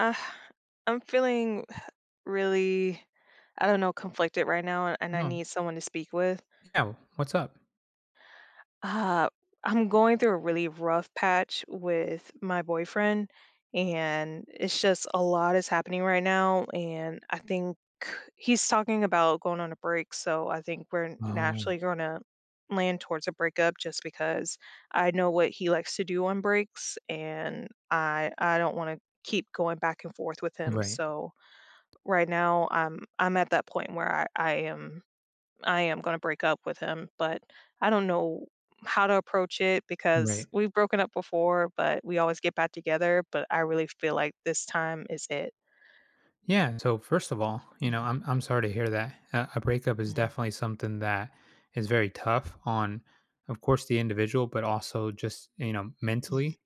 Uh, I'm feeling really, I don't know, conflicted right now, and I Oh, need someone to speak with. yeah, what's up? Uh, I'm going through a really rough patch with my boyfriend, and it's just a lot is happening right now. And I think he's talking about going on a break, so I think we're naturally Oh, going to land towards a breakup just because I know what he likes to do on breaks, and I don't want to keep going back and forth with him. right, So right now I'm at that point where I am going to break up with him, but I don't know how to approach it, because right. we've broken up before but we always get back together, but I really feel like this time is it. Yeah, so first of all, Mhm, I'm sorry to hear that. A breakup is mhm, definitely something that is very tough on, of course, the individual, but also just, you know, mentally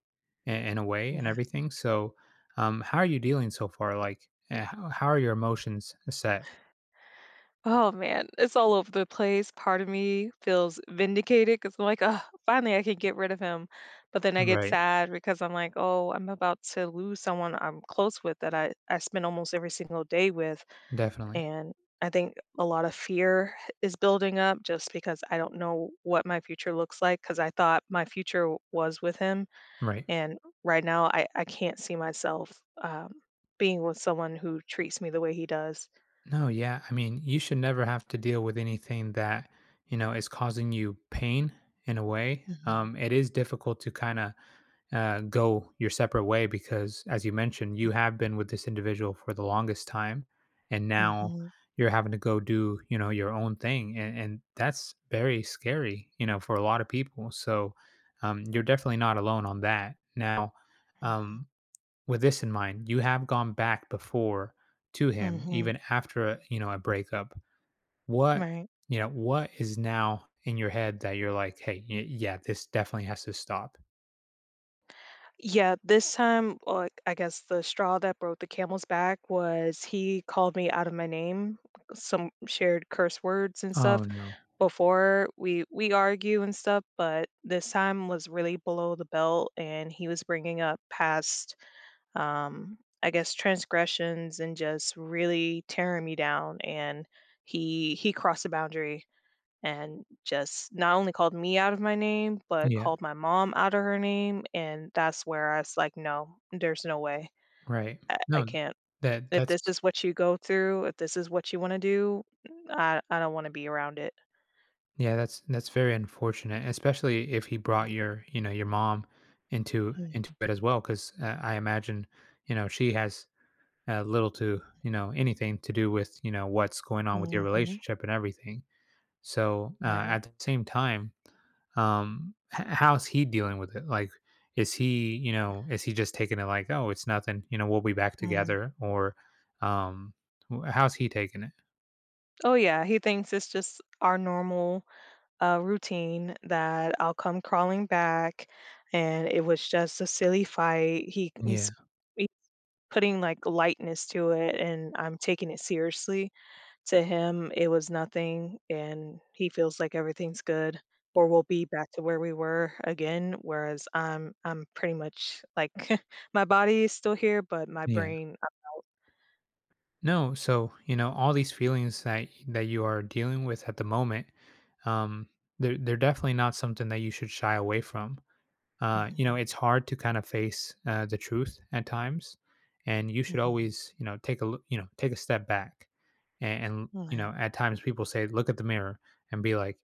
in a way and yeah, everything. So, how are you dealing so far? Like, how are your emotions set? oh man, it's all over the place. Part of me feels vindicated because I'm like, oh, finally I can get rid of him, but then I get Right, sad because I'm like, oh, I'm about to lose someone I'm close with, that I spend almost every single day with. definitely. And I think a lot of fear is building up just because I don't know what my future looks like, because I thought was with him. Right. And right now, I can't see myself being with someone who treats me the way he does. No, yeah. I mean, you should never have to deal with anything that, you know, is causing you pain in a way. Mm-hmm. It is difficult to kind of go your separate way because, as you mentioned, you have been with this individual for the longest time. And now Mm-hmm. you're having to go do, you know, your own thing. And that's very scary, you know, for a lot of people. So you're definitely not alone on that. Now, um, with this in mind, you have gone back before to him Mm-hmm. even after a, you know, a breakup. What, Right. you know, what is now in your head that you're like, "Hey, y yeah, this definitely has to stop." Yeah, this time, like, I guess the straw that broke the camel's back was he called me out of my name, some shared curse words and stuff, Oh, no. before we argue and stuff, but this time was really below the belt, and he was bringing up past, I guess, transgressions and just really tearing me down. And he crossed the boundary and just not only called me out of my name, but Yeah, called my mom out of her name. And that's where I was like, no, there's no way. right. I No, can't. that If this that's is what you go through, if this is what you want to do, I don't want to be around it. yeah, that's very unfortunate, especially if he brought your, you know, your mom into it as well 'cause, I imagine, you know, she has, little to, you know, anything to do with, you know, what's going on with your Mhm. relationship and everything. So, Right. at the same time, how's he dealing with it? Like, is he, you know, is he just taking it like, oh, it's nothing, you know, we'll be back Mm. together, or, um, how's he taking it? Oh, yeah, he thinks it's just our normal, routine that I'll come crawling back, and it was just a silly fight. Yeah, He's putting, like, lightness to it, and I'm taking it seriously. To him, it was nothing, and he feels like everything's good, or we'll be back to where we were again, whereas I'm pretty much, like, my body is still here, but my yeah. brain, I'm out. No, so you know, all these feelings that you are dealing with at the moment, um, they're definitely not something that you should shy away from. You know, Mhm. it's hard to kind of face the truth at times, and you should Mhm. always, you know, you know take a step back, and you know, Right. at times people say, look at the mirror and be like,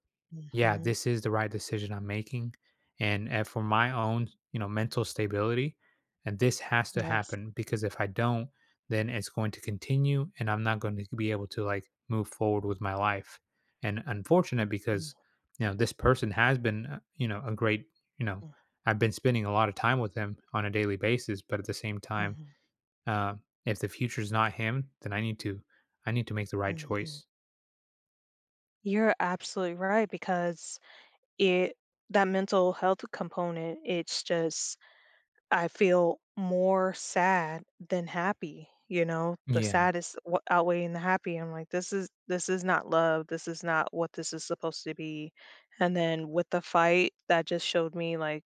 yeah, Mhm. this is the right decision I'm making. And for my own, you know, mental stability, and this has to Yes. happen because if I don't, then it's going to continue and I'm not going to be able to like move forward with my life. And unfortunate Mhm, because, you know, this person has been, you know, a great, you know, I've been spending a lot of time with him on a daily basis. But at the same time, mhm, uh, if the future's not him, then I need to make the right mhm. choice. You're absolutely right, because it that mental health component, it's just I feel more sad than happy, you know? The Yeah. sad is outweighing the happy. I'm like, this is not love. This is not what this is supposed to be. And then with the fight, that just showed me like,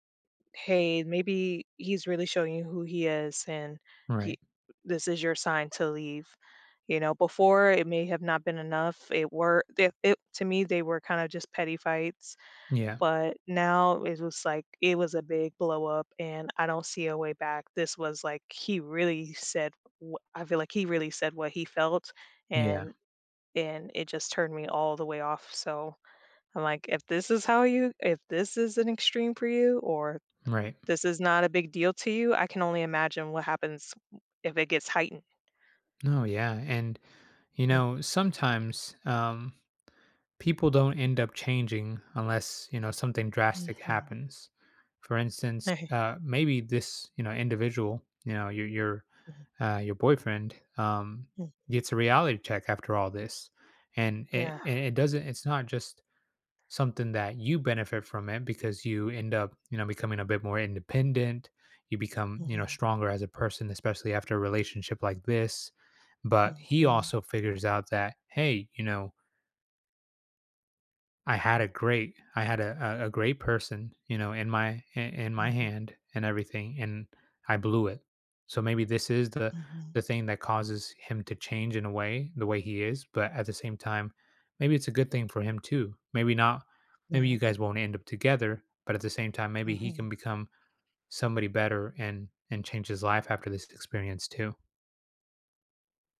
hey, maybe he's really showing you who he is, and you, Right. this is your sign to leave. You know, before it may have not been enough. It to me, they were kind of just petty fights, Yeah. but now it was like it was a big blow up and I don't see a way back. This was like he really said I feel like he really said what he felt, Yeah. and and it just turned me all the way off. So I'm like, if this is how you, if this is an extreme for you, or Right. this is not a big deal to you. I can only imagine what happens if it gets heightened. No, yeah. And, you know, sometimes people don't end up changing unless, you know, something Mhm, drastic mhm, happens. For instance, Right. Maybe this, you know, individual, you know, mhm, your boyfriend mhm, gets a reality check after all this. And Yeah. It's not just something that you benefit from it because you end up, you know, becoming a bit more independent. You become, you know, mhm, stronger as a person, especially after a relationship like this. But he mhm, also figures out that, hey, you know, I had a a great person, you know, in my mhm, hand and everything, and I blew it. So maybe this is the mhm, the thing that causes him to change in a way, the way he is, but at the same time, maybe it's a good thing for him too. Maybe you Right. guys won't end up together, but at the same time, maybe he mhm. can become somebody better and change his life after this experience too.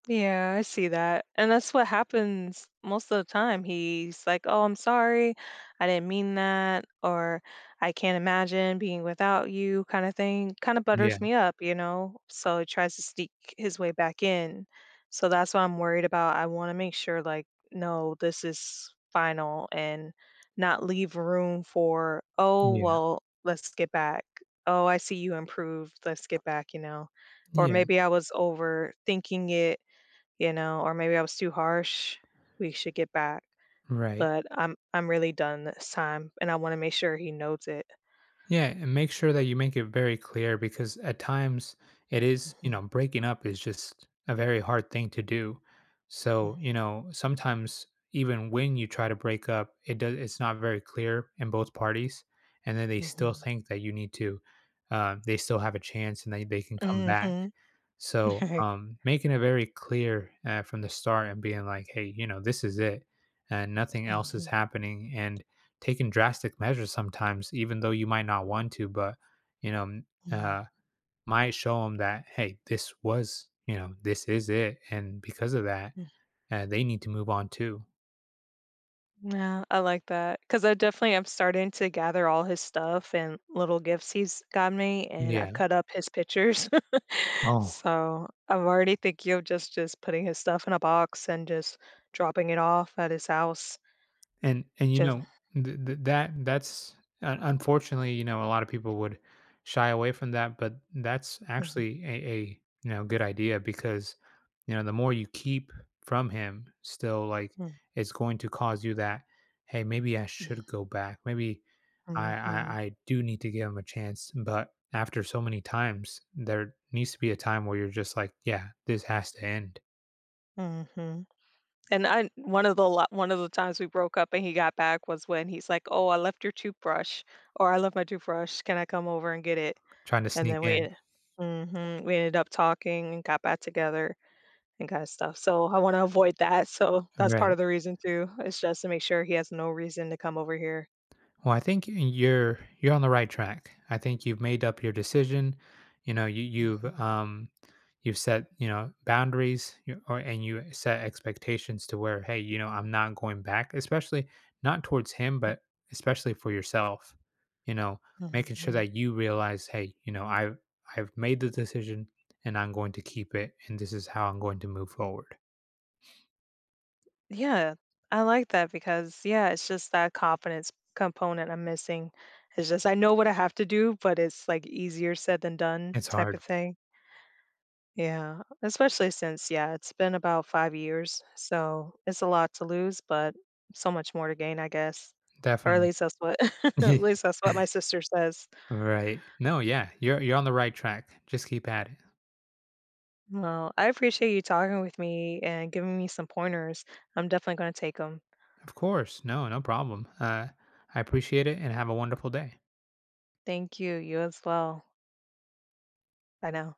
Yeah, I see that. And that's what happens most of the time. He's like, "Oh, I'm sorry. I didn't mean that," or "I can't imagine being without you," kind of thing. Kind of Yeah, butters me up, you know? So he tries to sneak his way back in. So that's what I'm worried about. I want to make sure, like, no, this is final and not leave room for, oh, yeah, well, let's get back. Oh, I see you improved. Let's get back, you know? Or yeah, maybe I was overthinking it, or maybe I was too harsh. We should get back. right. But I'm really done this time, and I want to make sure he knows it. Yeah, and make sure that you make it very clear because at times it is, you Mhm, know, breaking up is just a very hard thing to do. So, you know, sometimes even when you try to break up, it's not very clear in both parties and then they mhm, still mhm, think that you need to they still have a chance and they can come back. Mhm. So, Right. Making it very clear from the start and being like, hey, you know, this is it and nothing else is mhm, happening. And taking drastic measures sometimes, even though you might not want to, but you know, mhm, uh, might show them that hey, this was you know, this is it, and because of that, mhm. They need to move on too. Yeah, I like that, because I definitely am starting to gather all his stuff and little gifts he's got me, and I've Yeah. cut up his pictures. Oh, So I'm already thinking of just putting his stuff in a box and just dropping it off at his house. and, you know, Just th th that that's un unfortunately, you know, a lot of people would shy away from that, but that's Mhm, actually you know, good idea because, you know, the more you keep from him, still, like, mhm, it's going to cause you that, "Hey, maybe I mhm. should go back. Maybe I I Mhm. I do need to give him a chance," but after so many times, there needs to be a time where you're just like, "Yeah, this has to end." Mhm. And I one of the lo one of the times we broke up and he got back was when he's like, "Oh, I left your toothbrush," or, "I left my toothbrush. Can I come over and get it?" Trying to And then sneak we in. en mhm, we ended up talking and got back together and kinda stuff. So, I wanna avoid that, so that's part Right. of the reason too. It's just to make sure he has no reason to come over here. Well, I think you're on the right track. I think you've made up your decision. You know, Mhm, you've set, you know, boundaries you- or and you set expectations to where, hey, you know, I'm not going back, especially not towards him, but especially for yourself. You know, making sure mhm. that you realize, hey, you know, I've made the decision and I'm going to keep it and this is how I'm going to move forward. Yeah, I like that, because yeah, it's just that confidence component I'm missing. It's just I know what I have to do, but it's like easier said than done It's type hard. of thing. Yeah, especially since yeah, it's been about 5 years. So, it's a lot to lose, but so much more to gain, I guess. Or at Definitely. least that's what at least that's what my sister says. Right. No, yeah. You're on the right track. Just keep at it. Well, I appreciate you talking with me and giving me some pointers. I'm definitely going to take them. Of course. No, no problem. I appreciate it and have a wonderful day. Thank you. You as well. Bye now.